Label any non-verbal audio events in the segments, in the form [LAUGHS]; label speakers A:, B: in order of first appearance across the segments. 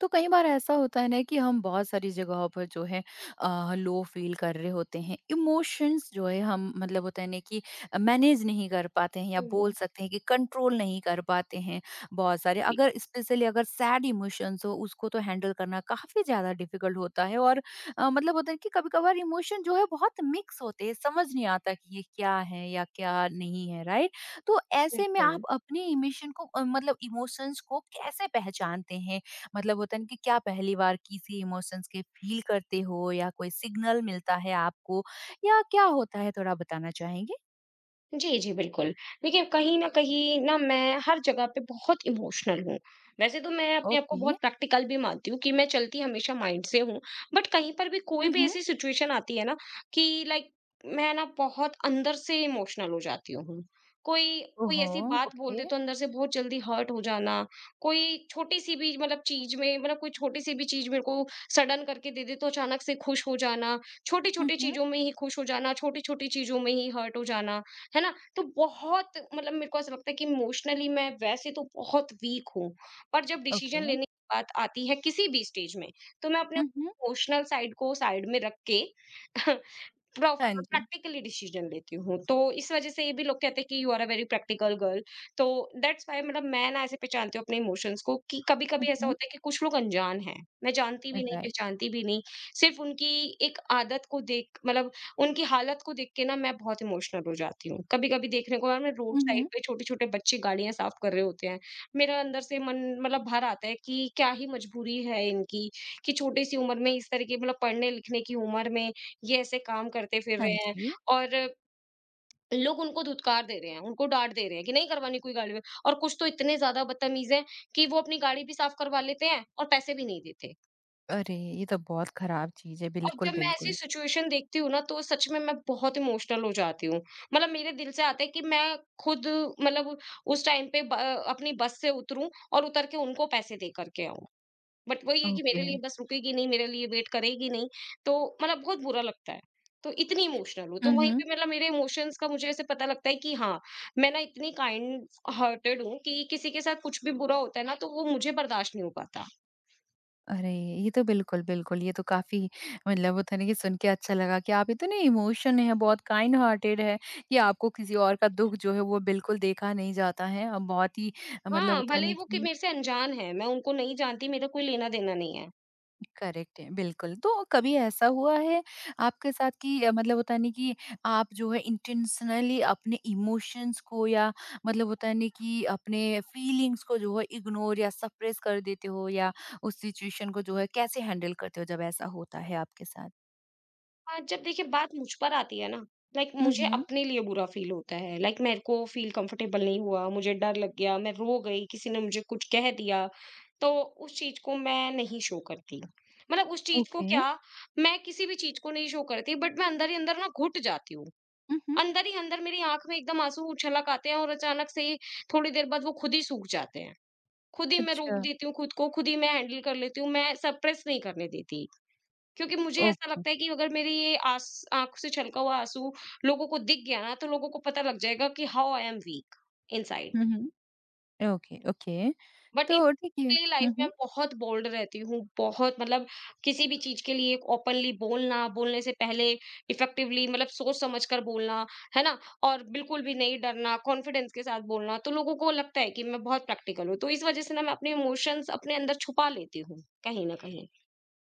A: तो कई बार ऐसा होता है ना कि हम बहुत सारी जगहों पर जो है लो फील कर रहे होते हैं। इमोशंस जो है हम मतलब होता है ना कि मैनेज नहीं कर पाते हैं या
B: हुँ,
A: बोल सकते हैं कि कंट्रोल नहीं कर पाते हैं। बहुत सारे
B: जी,
A: अगर स्पेशली अगर सैड इमोशंस हो उसको तो हैंडल करना काफी ज्यादा डिफिकल्ट होता है। और मतलब होता है कि कभी कभार इमोशन जो है बहुत मिक्स होते हैं, समझ नहीं आता कि ये क्या है या क्या नहीं है, राइट। तो ऐसे में आप
B: बिल्कुल।
A: अपने इमोशन को मतलब इमोशंस को कैसे पहचानते हैं? मतलब होता है ना कि क्या पहली बार किसी इमोशंस के फील करते हो या कोई सिग्नल मिलता है आपको या क्या होता है, थोड़ा बताना चाहेंगे?
B: जी, जी, बिल्कुल। देखिए, कहीं न कहीं ना मैं हर जगह पे बहुत इमोशनल हूँ। वैसे तो मैं अपने आप को
A: ओके।
B: बहुत प्रैक्टिकल भी मानती हूँ कि मैं चलती हमेशा माइंड से हूँ, बट कहीं पर भी कोई
A: हुँ,
B: भी
A: हुँ।
B: ऐसी सिचुएशन आती है ना कि लाइक मैं ना बहुत अंदर से इमोशनल हो जाती हूँ। कोई कोई
A: ओहो!
B: ऐसी बात बोल
A: ओके।
B: दे तो अंदर से बहुत जल्दी हर्ट हो जाना, कोई छोटी-सी भी मतलब चीज़ में मतलब कोई छोटी-सी भी चीज़ मेरे को सडन करके दे दे तो अचानक से खुश हो जाना,
A: हुँ,
B: छोटी-छोटी
A: हुँ।
B: चीज़ों में ही खुश हो जाना, छोटी-छोटी चीज़ों में ही हर्ट हो जाना। है ना? तो बहुत मतलब मेरे को ऐसा लगता है कि इमोशनली मैं वैसे तो बहुत वीक हूँ, पर जब डिसीज़न
A: ओके।
B: लेने की बात आती है किसी भी स्टेज में, तो मैं अपने
A: हुँ, हुँ।
B: इमोशनल साइड को साइड में रख के [LAUGHS] प्रॉफ
A: हाँ जी।
B: प्रैक्टिकली डिसीजन लेती हूँ। तो इस वज़ह से ये भी लोग कहते हैं कि you are a very practical girl. तो दैट्स व्हाई मतलब मैं ना ऐसे पहचानती हूँ अपने इमोशंस को कि
A: हुँ,
B: कभी-कभी ऐसा
A: हुँ।
B: होता है कि कुछ लोग अनजान हैं। मैं जानती भी नहीं,
A: राइट।
B: पहचानती भी नहीं। सिर्फ़ उनकी एक आदत को देख मतलब उनकी हालत को देख के ना मैं बहुत इमोशनल हो जाती हूँ। कभी-कभी देखने को यार, मैं रोड
A: हुँ,
B: साइड
A: हुँ।
B: पे छोटे-छोटे बच्चे गाड़ियाँ साफ कर रहे होते हैं। मेरा अंदर से मन मतलब भर आता है कि क्या ही मजबूरी है इनकी कि छोटी-सी उम्र में इस तरह की मतलब पढ़ने-लिखने की उम्र में ये ऐसे काम करते फिर
A: हाँ
B: रहे हैं
A: जी।
B: और लोग उनको धुतकार दे रहे हैं, उनको डाँट दे रहे हैं कि नहीं करवानी कोई गाड़ी में, और कुछ तो इतने ज़्यादा बदतमीज़ हैं कि वो अपनी गाड़ी भी साफ करवा लेते हैं और पैसे भी नहीं देते।
A: अरे! ये तो बहुत खराब चीज़ है।
B: और
A: बिल्कुल,
B: जब मैं ऐसी
A: बिल्कुल।
B: सिचुएशन देखती हूँ ना, तो सच में मैं बहुत इमोशनल हो जाती हूँ। मतलब मेरे दिल से आता है कि मैं खुद मतलब उस टाइम पे ब अपनी बस से उतरूँ और उतर के उनको पैसे दे कर के आऊँ। बट वही है कि
A: ओके।
B: मेरे लिए बस रुकेगी नहीं, मेरे लिए वेट करेगी नहीं, तो मतलब बहुत बुरा लगता है। तो इतनी इमोशनल हूँ, तो
A: हुँ,
B: वहीं
A: हुँ।
B: पे मतलब मेरे इमोशंस का मुझे ऐसे पता लगता है कि हाँ, मैं ना इतनी काइंड हार्टेड हूँ कि किसी के साथ कुछ भी बुरा होता है ना, तो वो मुझे बर्दाश्त नहीं हो पाता।
A: अरे! ये तो बिल्कुल, बिल्कुल, ये तो काफ़ी मतलब होता है ना कि सुन के अच्छा लगा कि आप इतने इमोशन हैं, बहुत काइंड हार्टेड हैं कि आपको किसी और का दुःख जो है वो बिल्कुल देखा नहीं जाता है। बहुत ही मतलब
B: हाँ,
A: होता है
B: भले ही
A: ना
B: वो कि
A: कि
B: मेरे से अनजान है, मैं उनको नहीं जानती, मेरा कोई लेना-देना नहीं है।
A: करेक्ट है, बिल्कुल। तो कभी ऐसा हुआ है आपके साथ कि मतलब होता है ना कि आप जो है इंटेंशनली अपने इमोशंस को या मतलब होता है ना कि अपने फीलिंग्स को जो है इग्नोर या सप्रेस कर देते हो या उस सिचुएशन को जो है कैसे हैंडल करते हो जब ऐसा होता है आपके साथ?
B: हाँ, जब देखिए बात मुझ पर आती है ना, लाइक
A: हुँ,
B: मुझे
A: हुँ।
B: अपने लिए बुरा फील होता है, लाइक मेरे को फील कंफर्टेबल नहीं हुआ, मुझे डर लग गया, मैं रो गई, किसी ने मुझे कुछ कह दिया, तो उस चीज को मैं नहीं शो करती। मतलब उस चीज को
A: ओके।
B: क्या, मैं किसी भी चीज को नहीं शो करती, बट मैं अंदर ही अंदर ना घुट जाती हूँ।
A: हुँ, हुँ।
B: अंदर ही अंदर मेरी आंख में एकदम आंसू उछलक आते हैं और अचानक से ही थोड़ी देर बाद वो खुद ही सूख जाते हैं। खुद ही मैं रोक
A: अच्छा,
B: देती हूँ खुद को, खुद ही मैं हैंडल कर लेती हूँ, मैं सप्रेस नहीं करने देती, क्योंकि मुझे ऐसा
A: ओके।
B: लगता है कि अगर मेरी ये आस आँख से छलका हुआ आँसू लोगों को दिख गया ना, तो लोगों को पता लग जाएगा कि how I am weak inside.
A: हुँ, हुँ। Okay, okay.
B: बट इन
A: तो ठीक है।
B: लाइफ
A: हुँ,
B: में
A: हुँ।
B: बहुत बोल्ड रहती हूँ, बहुत मतलब किसी भी चीज़ के लिए ओपनली बोलना, बोलने से पहले इफेक्टिवली मतलब सोच समझ कर बोलना, है ना? और बिल्कुल भी नहीं डरना, कॉन्फिडेंस के साथ बोलना, तो लोगों को लगता है कि मैं बहुत प्रैक्टिकल हूँ। तो इस वजह से ना मैं अपने इमोशंस अपने अंदर छुपा लेती हूँ, कहीं न कहीं।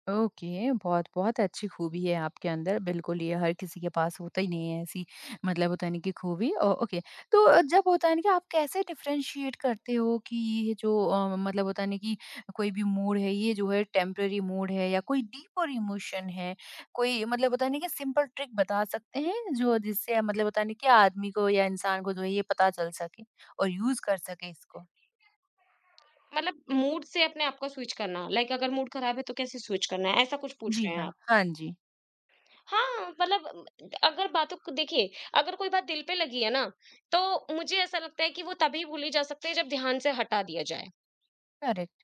A: ओके, बहुत-बहुत अच्छी खूबी है आपके अंदर, बिल्कुल। ये हर किसी के पास होता ही नहीं है ऐसी मतलब होता है ना कि खूबी। Oh okay. तो जब होता है ना कि आप कैसे डिफरेंशिएट करते हो कि ये जो मतलब होता है ना कि कोई भी मूड है, ये जो है टेम्परेरी मूड है या कोई डीपर इमोशन है, कोई मतलब होता है ना कि सिंपल ट्रिक बता सकते हैं, जो जिससे मतलब होता है ना कि आदमी को या इंसान को जो है ये पता चल सके और यूज़ कर सके इसको?
B: मतलब मूड से अपने आप को स्विच करना, लाइक अगर मूड खराब है तो कैसे स्विच करना है, ऐसा कुछ पूछ
A: जी
B: रहे हैं
A: हाँ,
B: आप?
A: हाँ जी।
B: हाँ, मतलब अगर बातों को देखिए, अगर कोई बात दिल पे लगी है ना, तो मुझे ऐसा लगता है कि वो तभी भूली जा सकती है जब ध्यान से हटा दिया जाए।
A: करेक्ट।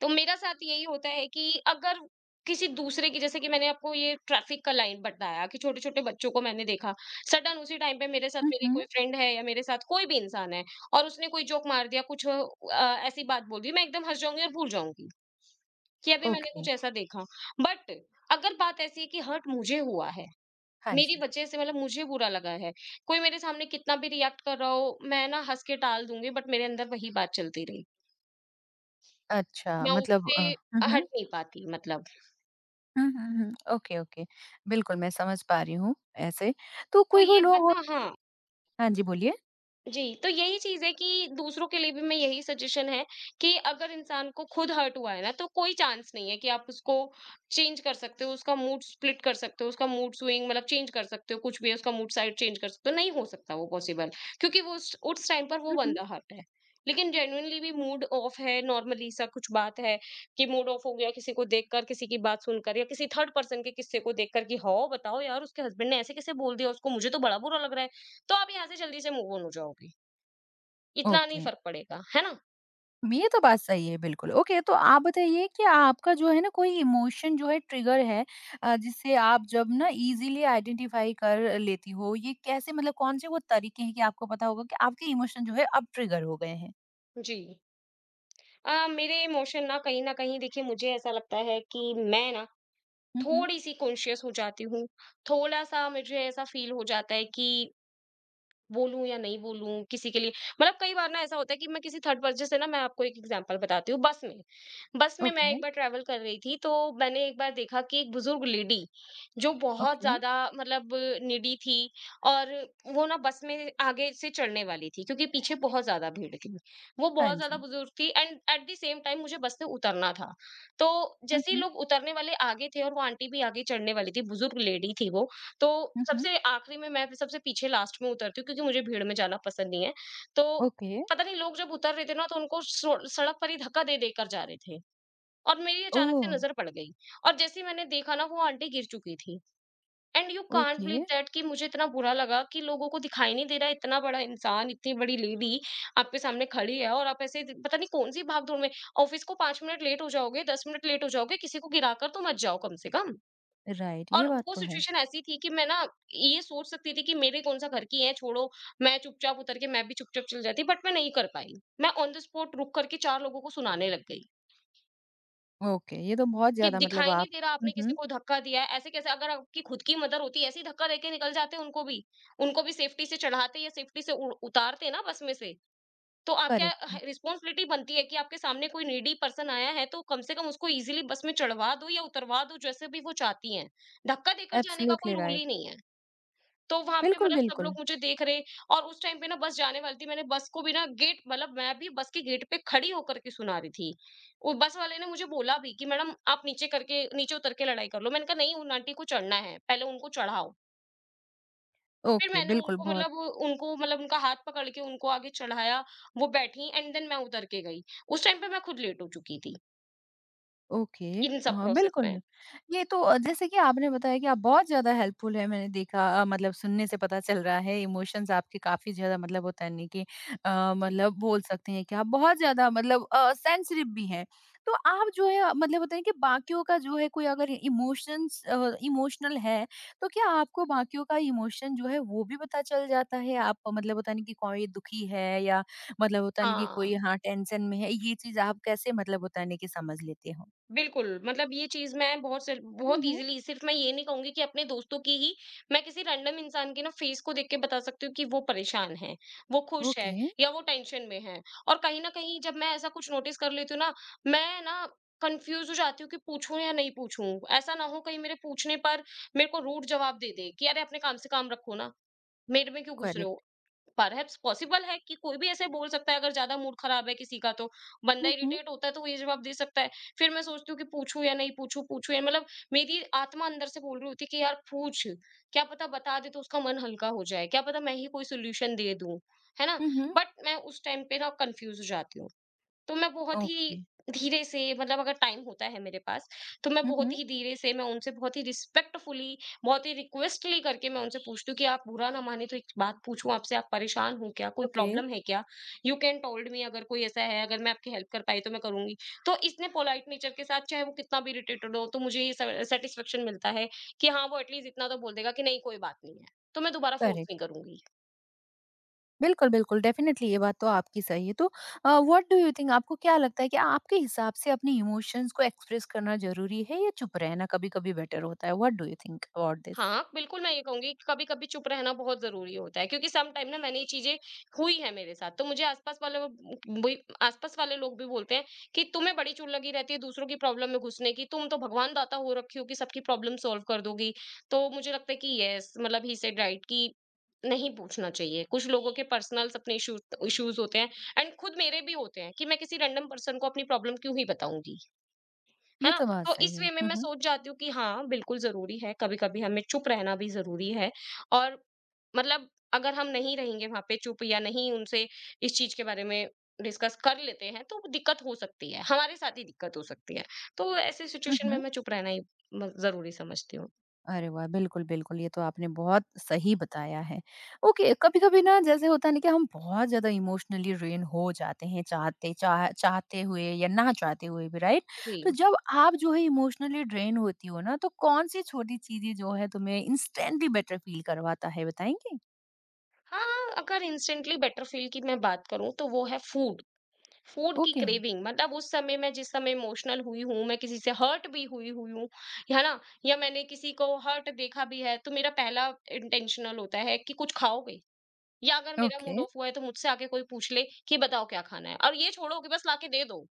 B: तो मेरा साथ यही होता है कि अगर किसी दूसरे की, जैसे कि मैंने आपको ये ट्रैफिक का लाइन बताया कि छोटे छोटे बच्चों को मैंने देखा सडन, उसी टाइम पे मेरे साथ
A: हुँ,
B: मेरी कोई
A: हुँ।
B: फ्रेंड है या मेरे साथ कोई भी इंसान है और उसने कोई जोक मार दिया, कुछ ऐसी बात बोल दी, मैं एकदम हंस जाऊंगी और भूल जाऊंगी कि अभी मैंने
A: ओके,
B: कुछ ऐसा देखा। बट अगर बात ऐसी है कि हर्ट मुझे हुआ है,
A: हाँ
B: मेरी
A: जी।
B: वजह से मतलब मुझे बुरा लगा है, कोई मेरे सामने कितना भी रिएक्ट कर रहा हो, मैं ना हँस के टाल दूँगी, बट मेरे अंदर वही बात चलती रही।
A: अच्छा,
B: मैं
A: मतलब
B: उससे
A: अ, हुँ,
B: हट
A: हुँ।
B: नहीं पाती मतलब।
A: हुँ, हुँ, हुँ। Okay, okay. बिल्कुल, मैं समझ पा रही हूँ ऐसे। तो
B: तो
A: कोई-कोई
B: ये
A: लोग
B: बात
A: हो
B: ना, हाँ,
A: हाँ जी, बोलिए।
B: जी, तो यही चीज़ है कि दूसरों के लिए भी मैं यही सजेशन है कि अगर इंसान को खुद हर्ट हुआ है ना, तो कोई चांस नहीं है कि आप उसको चेंज कर सकते हो, उसका मूड स्प्लिट कर सकते हो, उसका मूड स्विंग मतलब चेंज कर सकते हो, कुछ भी है, उसका मूड साइड चेंज कर सकते हो, नहीं हो सकता वो पॉसिबल, क्योंकि वो उस टाइम पर वो
A: हुँ, हुँ।
B: बंदा हर्ट है। लेकिन जेनुइनली भी मूड ऑफ है, नॉर्मली सा कुछ बात है कि मूड ऑफ हो गया किसी को देखकर, किसी की बात सुनकर या किसी थर्ड पर्सन के किस्से को देखकर कि हाँ, बताओ यार उसके हस्बैंड ने ऐसे कैसे बोल दिया उसको, मुझे तो बड़ा बुरा लग रहा है, तो आप यहाँ से जल्दी से मूव ऑन हो जाओगे। इतना नहीं
A: ओके,
B: फ़र्क पड़ेगा, है ना?
A: ये तो बात सही है बिल्कुल। ओके, तो आप बताइए कि आपका जो है ना कोई इमोशन जो है ट्रिगर है जिससे आप जब ना इज़िली आइडेंटिफ़ाई कर लेती हो, ये कैसे मतलब कौन-से वो तरीके हैं कि आपको पता होगा कि आपके इमोशन जो है अब ट्रिगर हो गए हैं?
B: जी। मेरे इमोशन ना कहीं न कहीं देखिए मुझे ऐसा लगता है कि मैं ना
A: हुँ, हुँ।
B: थोड़ी-सी कॉन्शियस हो जाती हूँ, थोड़ा-सा मुझे ऐसा फ़ील हो जाता है कि बोलूँ या नहीं बोलूँ, किसी के लिए मतलब कई बार ना ऐसा होता है कि मैं किसी थर्ड पर्सन से ना, मैं आपको एक एग्जांपल बताती हूँ, बस में। बस में मैं
A: ओके,
B: एक बार ट्रैवल कर रही थी, तो मैंने एक बार देखा कि एक बुज़ुर्ग लेडी, जो बहुत
A: ओके।
B: ज़्यादा मतलब नीडी थी, और वो ना बस में आगे से चढ़ने वाली थी, क्योंकि पीछे बहुत ज़्यादा भीड़ थी। वो
A: हाँ
B: बहुत ज़्यादा
A: जी।
B: बुज़ुर्ग थी and at the same time मुझे बस से उतरना था। तो
A: हुँ,
B: जैसे ही
A: हुँ।
B: लोग उतरने वाले आगे थे और वो आंटी भी आगे चढ़ने वाली थी, बुज़ुर्ग लेडी थी वो, तो
A: हुँ, हुँ।
B: सबसे आखिरी में मैं सबसे पीछे लास्ट में उतरती हूँ, क्योंकि मुझे भीड़ में जाना पसंद नहीं है। तो
A: ओके।
B: पता नहीं लोग जब उतर रहे थे ना, तो उनको सो सड़क पर ही धक्का दे-दे कर जा रहे थे, और मेरी अचानक
A: ओह!
B: से नज़र पड़ गई। और जैसे ही मैंने देखा ना, वो आंटी गिर चुकी थी। And you can't believe
A: okay.
B: That कि मुझे इतना बुरा लगा कि लोगों को दिखाई नहीं दे रहा है, इतना बड़ा इंसान, इतनी बड़ी लेडी आपके सामने खड़ी है और आप ऐसे द पता नहीं कौन-सी भाग-दौड़ में ऑफ़िस को 5 मिनट लेट हो जाओगे, 10 मिनट लेट हो जाओगे, किसी को गिरा कर तो मत जाओ कम से कम।
A: राइट,
B: और
A: ये बात
B: वो
A: तो है।
B: सिचुएशन ऐसी थी कि मैं ना, ये सोच सकती थी कि मेरे कौन-सा घर की है, छोड़ो, मैं चुपचाप उतर के मैं भी चुपचाप चली जाती, बट मैं नहीं कर पाई। मैं ऑन द स्पॉट रुक करके 4 लोगों को सुनाने लग गई
A: ओके, ये तो बहुत
B: कि
A: ज़्यादा मतलब
B: दिखाई नहीं
A: आप
B: दे रहा,
A: हुँ,
B: आपने किसी
A: हुँ,
B: को धक्का दिया है, ऐसे कैसे, अगर आपकी खुद की मदर होती ऐसे ही धक्का देके निकल जाते उनको भी। उनको भी सेफ्टी से चढ़ाते या सेफ्टी से उ उतारते ना बस में से, तो आपका
A: करेक्ट है।
B: ह रिस्पॉन्सिबिलिटी बनती है कि आपके सामने कोई नीडी पर्सन आया है, तो कम से कम उसको इज़िली बस में चढ़वा दो या उतरवा दो जैसे भी वो चाहती हैं। धक्का देकर जाने का कोई
A: एब्सोल्युटली
B: रूल
A: राइट।
B: ही नहीं है। तो वहाँ पे
A: बिल्कुल,
B: मतलब सब
A: बिल्कुल।
B: लोग मुझे देख रहे, और उस टाइम पे ना बस जाने वाली थी। मैंने बस को भी ना गेट मतलब, मैं भी बस के गेट पे खड़ी होकर के सुना रही थी। वो बस वाले ने मुझे बोला भी कि मैडम आप नीचे करके, नीचे उतर के लड़ाई कर लो। मैंने कहा नहीं, उन आंटी को चढ़ना है, पहले उनको चढ़ाओ। फिर
A: ओके,
B: मैंने
A: बिल्कुल बहुत
B: उनको मतलब उनका हाथ पकड़ के उनको आगे चढ़ाया, वो बैठी एंड देन मैं उतर के गई। उस टाइम पे मैं खुद लेट हो चुकी थी,
A: ओके,
B: इन सब
A: हाँ,
B: प्रोसेस
A: बिल्कुल।
B: में।
A: ये तो जैसे कि आपने बताया कि आप बहुत ज़्यादा हेल्पफुल है, मैंने देखा। मतलब सुनने से पता चल रहा है इमोशंस आपके काफ़ी ज़्यादा मतलब होता है नहीं कि
B: जी।
A: मतलब बोल सकते हैं कि आप बहुत ज़्यादा मतलब सेंसिटिव भी हैं। तो आप जो है मतलब होता है कि बाकियों का जो है कोई अगर इमोशंस इमोशनल है, तो क्या आपको बाकियों का इमोशन जो है वो भी पता चल जाता है? आप मतलब होता नहीं कि कोई दुखी है या मतलब होता नहीं कि
B: हाँ।
A: कोई हाँ, टेंशन में है, ये चीज़ आप कैसे मतलब होता नहीं कि समझ लेते हो?
B: बिल्कुल, मतलब ये चीज़ मैं बहुत सिर्फ बहुत
A: Mhm.
B: ईज़िली, सिर्फ मैं ये नहीं कहूँगी कि अपने दोस्तों की ही, मैं किसी रैंडम इंसान के ना फ़ेस को देख के बता सकती हूँ कि वो परेशान है, वो खुश है
A: ओके।
B: या वो टेंशन में है। और कहीं न कहीं जब मैं ऐसा कुछ नोटिस कर लेती हूँ ना, मैं ना कन्फ्यूज़ हो जाती हूँ कि पूछूँ या नहीं पूछूँ? ऐसा ना हो कहीं मेरे पूछने पर मेरे को रूड जवाब दे दे कि, "अरे! अपने काम से काम रखो ना, मेरे में क्यों घुस रहे
A: करेक्ट।
B: हो?" परहैप्स पॉसिबल है कि कोई भी ऐसे बोल सकता है अगर ज्यादा मूड खराब है किसी का तो बंदा
A: हुँ, हुँ,
B: इरिटेट होता है तो वो ये जवाब दे सकता है। फिर मैं सोचती हूँ कि पूछूं या नहीं पूछूं, पूछूं या मतलब मेरी आत्मा अंदर से बोल रही होती है कि यार पूछ। क्या पता बता दे तो उसका मन हल्का हो जाए, क्या पता मैं ही कोई सोल्यूशन दे दूं, है ना।
A: हुँ।
B: बट मैं उस टाइम पे ना कंफ्यूज हो जाती हूँ। तो मैं बहुत
A: ओके।
B: ही धीरे से, मतलब अगर टाइम होता है मेरे पास, तो मैं
A: हुँ,
B: बहुत
A: हुँ।
B: ही धीरे से मैं उनसे बहुत ही रिस्पेक्टफुली, बहुत ही रिक्वेस्टली करके मैं उनसे पूछती हूँ कि आप बुरा ना माने तो एक बात पूछूं आपसे, आप परेशान हो क्या, कोई
A: ओके।
B: प्रॉब्लम है क्या। यू कैन टोल्ड मी अगर कोई ऐसा है, अगर मैं आपकी हेल्प कर पाई तो मैं करूंगी। तो इसने पोलाइट नेचर के साथ चाहे वो कितना भी इरिटेटेड हो, तो मुझे ये सेटिस्फेक्शन मिलता है कि हाँ, वो एटलीस्ट इतना तो बोल देगा कि नहीं कोई बात नहीं है। तो मैं दोबारा फोर्स
A: करेक्ट।
B: नहीं करूंगी।
A: बिल्कुल, बिल्कुल डेफ़िनेटली ये बात तो आपकी सही है। तो व्हाट डू यू थिंक, आपको क्या लगता है कि आपके हिसाब से अपने इमोशंस को एक्सप्रेस करना ज़रूरी है या चुप रहना कभी-कभी बेटर होता है? What do you think about this?
B: हाँ, बिल्कुल, मैं ये कहूँगी कि कभी-कभी चुप रहना बहुत ज़रूरी होता है क्योंकि सम टाइम ना मैंने ये चीज़ें हुई हैं मेरे साथ। तो मुझे आस-पास वाले, वही आस-पास वाले लोग भी बोलते हैं कि तुम्हें बड़ी चुल लगी रहती है दूसरों की प्रॉब्लम में घुसने की, तुम तो भगवान दाता हो रखी हो कि सबकी प्रॉब्लम सॉल्व कर दोगी। तो मुझे लगता है कि येस, मतलब ही सेड राइट कि नहीं पूछना चाहिए। कुछ लोगों के पर्सनल्स अपने इश्यूज़ इश्यूज़ होते हैं। एंड खुद मेरे भी होते हैं कि मैं किसी रैंडम पर्सन को अपनी प्रॉब्लम क्यों ही बताऊँगी। है
A: ये
B: ना?
A: तो बात
B: तो
A: सही
B: इस
A: है।
B: वे में
A: हुँ,
B: मैं
A: हुँ।
B: सोच जाती हूँ कि हाँ, बिल्कुल ज़रूरी है, कभी-कभी हमें चुप रहना भी ज़रूरी है। और मतलब अगर हम नहीं रहेंगे वहाँ पे चुप या नहीं उनसे इस चीज़ के बारे में डिस्कस कर लेते हैं, तो दिक्कत हो सकती है, हमारे साथ ही दिक्कत हो सकती है। तो ऐसी
A: हुँ,
B: सिचुएशन में
A: हुँ।
B: मैं चुप रहना ही म ज़रूरी समझती हूँ।
A: अरे वाह! बिल्कुल, बिल्कुल, ये तो आपने बहुत सही बताया है। ओके, कभी-कभी ना जैसे होता है ना कि हम बहुत ज़्यादा इमोशनली ड्रेन हो जाते हैं, चाहते हुए या ना चाहते हुए भी, राइट?
B: जी।
A: तो जब आप जो है इमोशनली ड्रेन होती हो ना, तो कौन-सी छोटी चीज़ें जो है तुम्हें इंस्टेंटली बेटर फील करवाता है, बताएँगी?
B: हाँ, अगर इंस्टेंटली बेटर फ़ील की मैं बात करूँ, तो वो है फूड। फूड की
A: ओके,
B: क्रेविंग, मतलब उस समय मैं, जिस समय इमोशनल हुई हूँ, मैं किसी से हर्ट भी हुई हुई हूँ, है ना? या मैंने किसी को हर्ट देखा भी है, तो मेरा पहला इंटेंशनल होता है कि कुछ खाओगे? या अगर मेरा
A: ओके।
B: मूड ऑफ हुआ है, तो मुझसे आके कोई पूछ ले कि बताओ क्या खाना है? और ये छोड़ो कि बस लाके दे दो,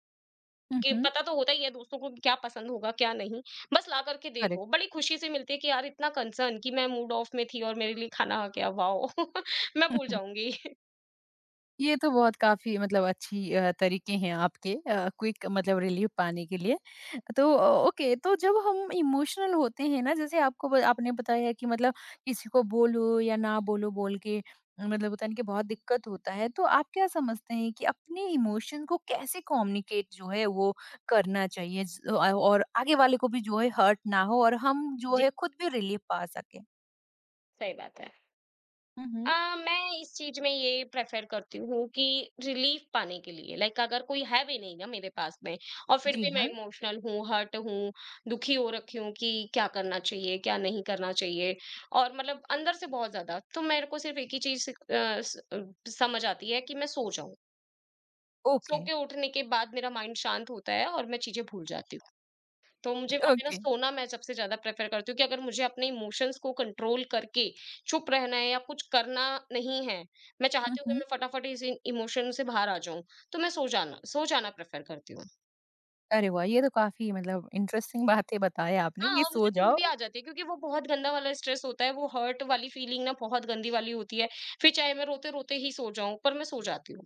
A: हुँ,
B: कि
A: हुँ,
B: पता तो होता ही है दोस्तों को क्या पसंद होगा, क्या नहीं, बस ला कर के दे
A: करेक्ट।
B: दो। बड़ी खुशी से मिलती है कि यार इतना कंसर्न कि मैं मूड ऑफ में थी और मेरे लिए खाना आ गया, वॉव! [LAUGHS] मैं भूल जाऊँगी। [LAUGHS]
A: ये तो बहुत काफ़ी मतलब अच्छी तरीके हैं आपके क्विक मतलब रिलीफ पाने के लिए। तो ओके, तो जब हम इमोशनल होते हैं ना, जैसे आपको ब आपने बताया कि मतलब किसी को बोलो या ना बोलो, बोल के मतलब होता है ना कि बहुत दिक्कत होता है। तो आप क्या समझते हैं कि अपने इमोशन को कैसे कम्युनिकेट जो है वो करना चाहिए और आगे वाले को भी जो है हर्ट ना हो और हम जो
B: जी,
A: है खुद भी रिलीफ पा सकें?
B: सही बात है।
A: हुँ, हुँ।
B: मैं इस चीज में ये प्रेफर करती हूँ कि रिलीफ पाने के लिए, लाइक अगर कोई है भी नहीं ना मेरे पास में और फिर
A: जी
B: भी मैं
A: हाँ।
B: इमोशनल हूँ, हर्ट हूँ, दुखी हो रखी हूँ, कि क्या करना चाहिए क्या नहीं करना चाहिए और मतलब अंदर से बहुत ज्यादा, तो मेरे को सिर्फ एक ही चीज समझ आती है कि मैं सो जाऊं। सो
A: ओके,
B: के उठने के बाद मेरा माइंड शांत होता है और मैं चीजें भूल जाती हूँ। तो मुझे वहाँ पे ना
A: ओके।
B: सोना मैं सबसे ज़्यादा प्रेफ़र करती हूँ। कि अगर मुझे अपने इमोशंस को कंट्रोल करके चुप रहना है या कुछ करना नहीं है, मैं
A: हुँ,
B: चाहती हूँ कि
A: हुँ।
B: मैं फटाफट इस इ इमोशन से बाहर आ जाऊँ, तो मैं सो जाना प्रेफ़र करती हूँ।
A: अरे वाह! ये तो काफ़ी मतलब इंटरेस्टिंग बातें बताएँ आपने
B: हाँ,
A: कि
B: और
A: सो
B: मुझे नींद भी
A: जाओ।
B: आ जाती है क्योंकि वो बहुत गंदा वाला स्ट्रेस होता है, वो हर्ट वाली फीलिंग ना बहुत गंदी वाली होती है, फिर चाहे मैं रोते-रोते ही सो जाऊँ, पर मैं सो जाती हूँ।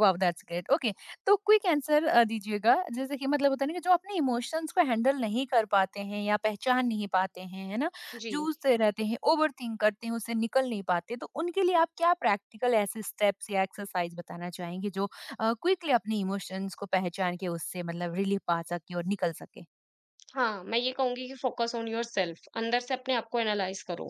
A: Wow that's great. ओके, तो क्विक आंसर दीजिएगा, जैसे कि मतलब होता है ना कि जो अपने इमोशंस को हैंडल नहीं कर पाते हैं या पहचान नहीं पाते हैं, है ना?
B: जी,
A: जूझते रहते हैं, ओवरथिंक करते हैं, उससे निकल नहीं पाते, तो उनके लिए आप क्या प्रैक्टिकल ऐसे स्टेप्स या एक्सरसाइज बताना चाहेंगे जो क्विकली अपने इमोशंस को पहचान के उससे मतलब रिलीफ पा सके और निकल सके?
B: हाँ, मैं ये कहूँगी कि फोकस ऑन योरसेल्फ, अंदर से अपने आप को एनालाइज़ करो।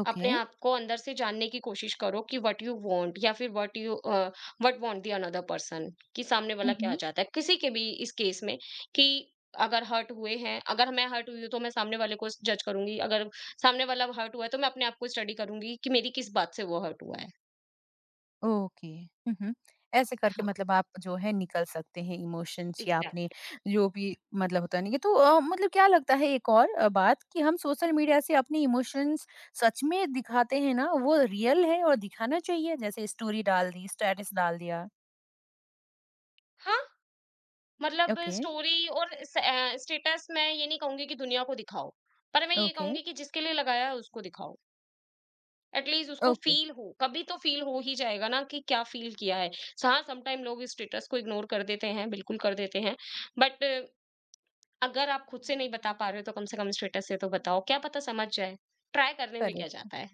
A: ओके।
B: अपने आप को अंदर से जानने की कोशिश करो कि व्हाट यू वांट या फिर what you what want the another person, कि सामने वाला
A: हुँ,
B: क्या
A: हुँ।
B: चाहता है, किसी के भी इस केस में। कि अगर हर्ट हुए हैं, अगर मैं हर्ट हुई हूं तो मैं सामने वाले को जज करूंगी, अगर सामने वाला हर्ट हुआ है तो मैं अपने आप को स्टडी करूंगी कि मेरी किस बात से वो हर्ट हुआ है।
A: ओके ऐसे करके
B: हाँ,
A: मतलब आप जो है निकल सकते हैं इमोशंस या अपने
B: एग्जैक्टली।
A: जो भी मतलब होता नहीं है तो मतलब क्या लगता है एक और बात कि हम सोशल मीडिया से अपने इमोशंस सच में दिखाते हैं ना, वो रियल है और दिखाना चाहिए, जैसे स्टोरी डाल दी, स्टेटस डाल दिया।
B: हाँ, मतलब
A: ओके।
B: स्टोरी और स्टेटस, मैं ये नहीं कहूंगी कि दुनिया को दिखाओ, पर मैं ये
A: ओके।
B: कहूंगी कि जिसके लिए लगाया है उसको दिखाओ। एटलीस्ट उसको
A: ओके।
B: फील हो, कभी तो फील हो ही जाएगा ना कि क्या फील किया है। हाँ, समटाइम लोग इस स्टेटस को इग्नोर कर देते हैं, बिल्कुल कर देते हैं, बट अगर आप खुद से नहीं बता पा रहे हो तो कम से कम स्टेटस से तो बताओ, क्या पता समझ जाए, ट्राई करने में क्या जाता
A: करेक्ट।
B: है।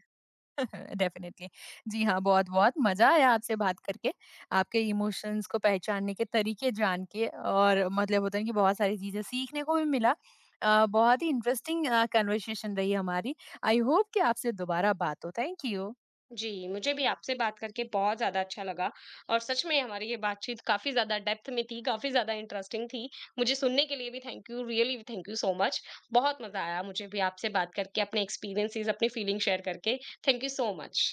A: [LAUGHS] डेफिनेटली। जी हाँ, बहुत-बहुत मज़ा आया आपसे बात करके, आपके इमोशंस को पहचानने के तरीके जान के और मतलब होता है कि बहुत सारी चीज़ें सीखने को भी मिला। बहुत ही इंटरेस्टिंग कन्वर्सेशन रही हमारी। आई होप कि आपसे दोबारा बात हो। Thank you.
B: जी, मुझे भी आपसे बात करके बहुत ज्यादा अच्छा लगा और सच में हमारी ये बातचीत काफी ज्यादा डेप्थ में थी, काफी ज्यादा इंटरेस्टिंग थी। मुझे सुनने के लिए भी thank you, really thank you so much. बहुत मजा आया मुझे भी आपसे बात करके, अपने एक्सपीरियंसेस अपनी फीलिंग शेयर करके। Thank you so much.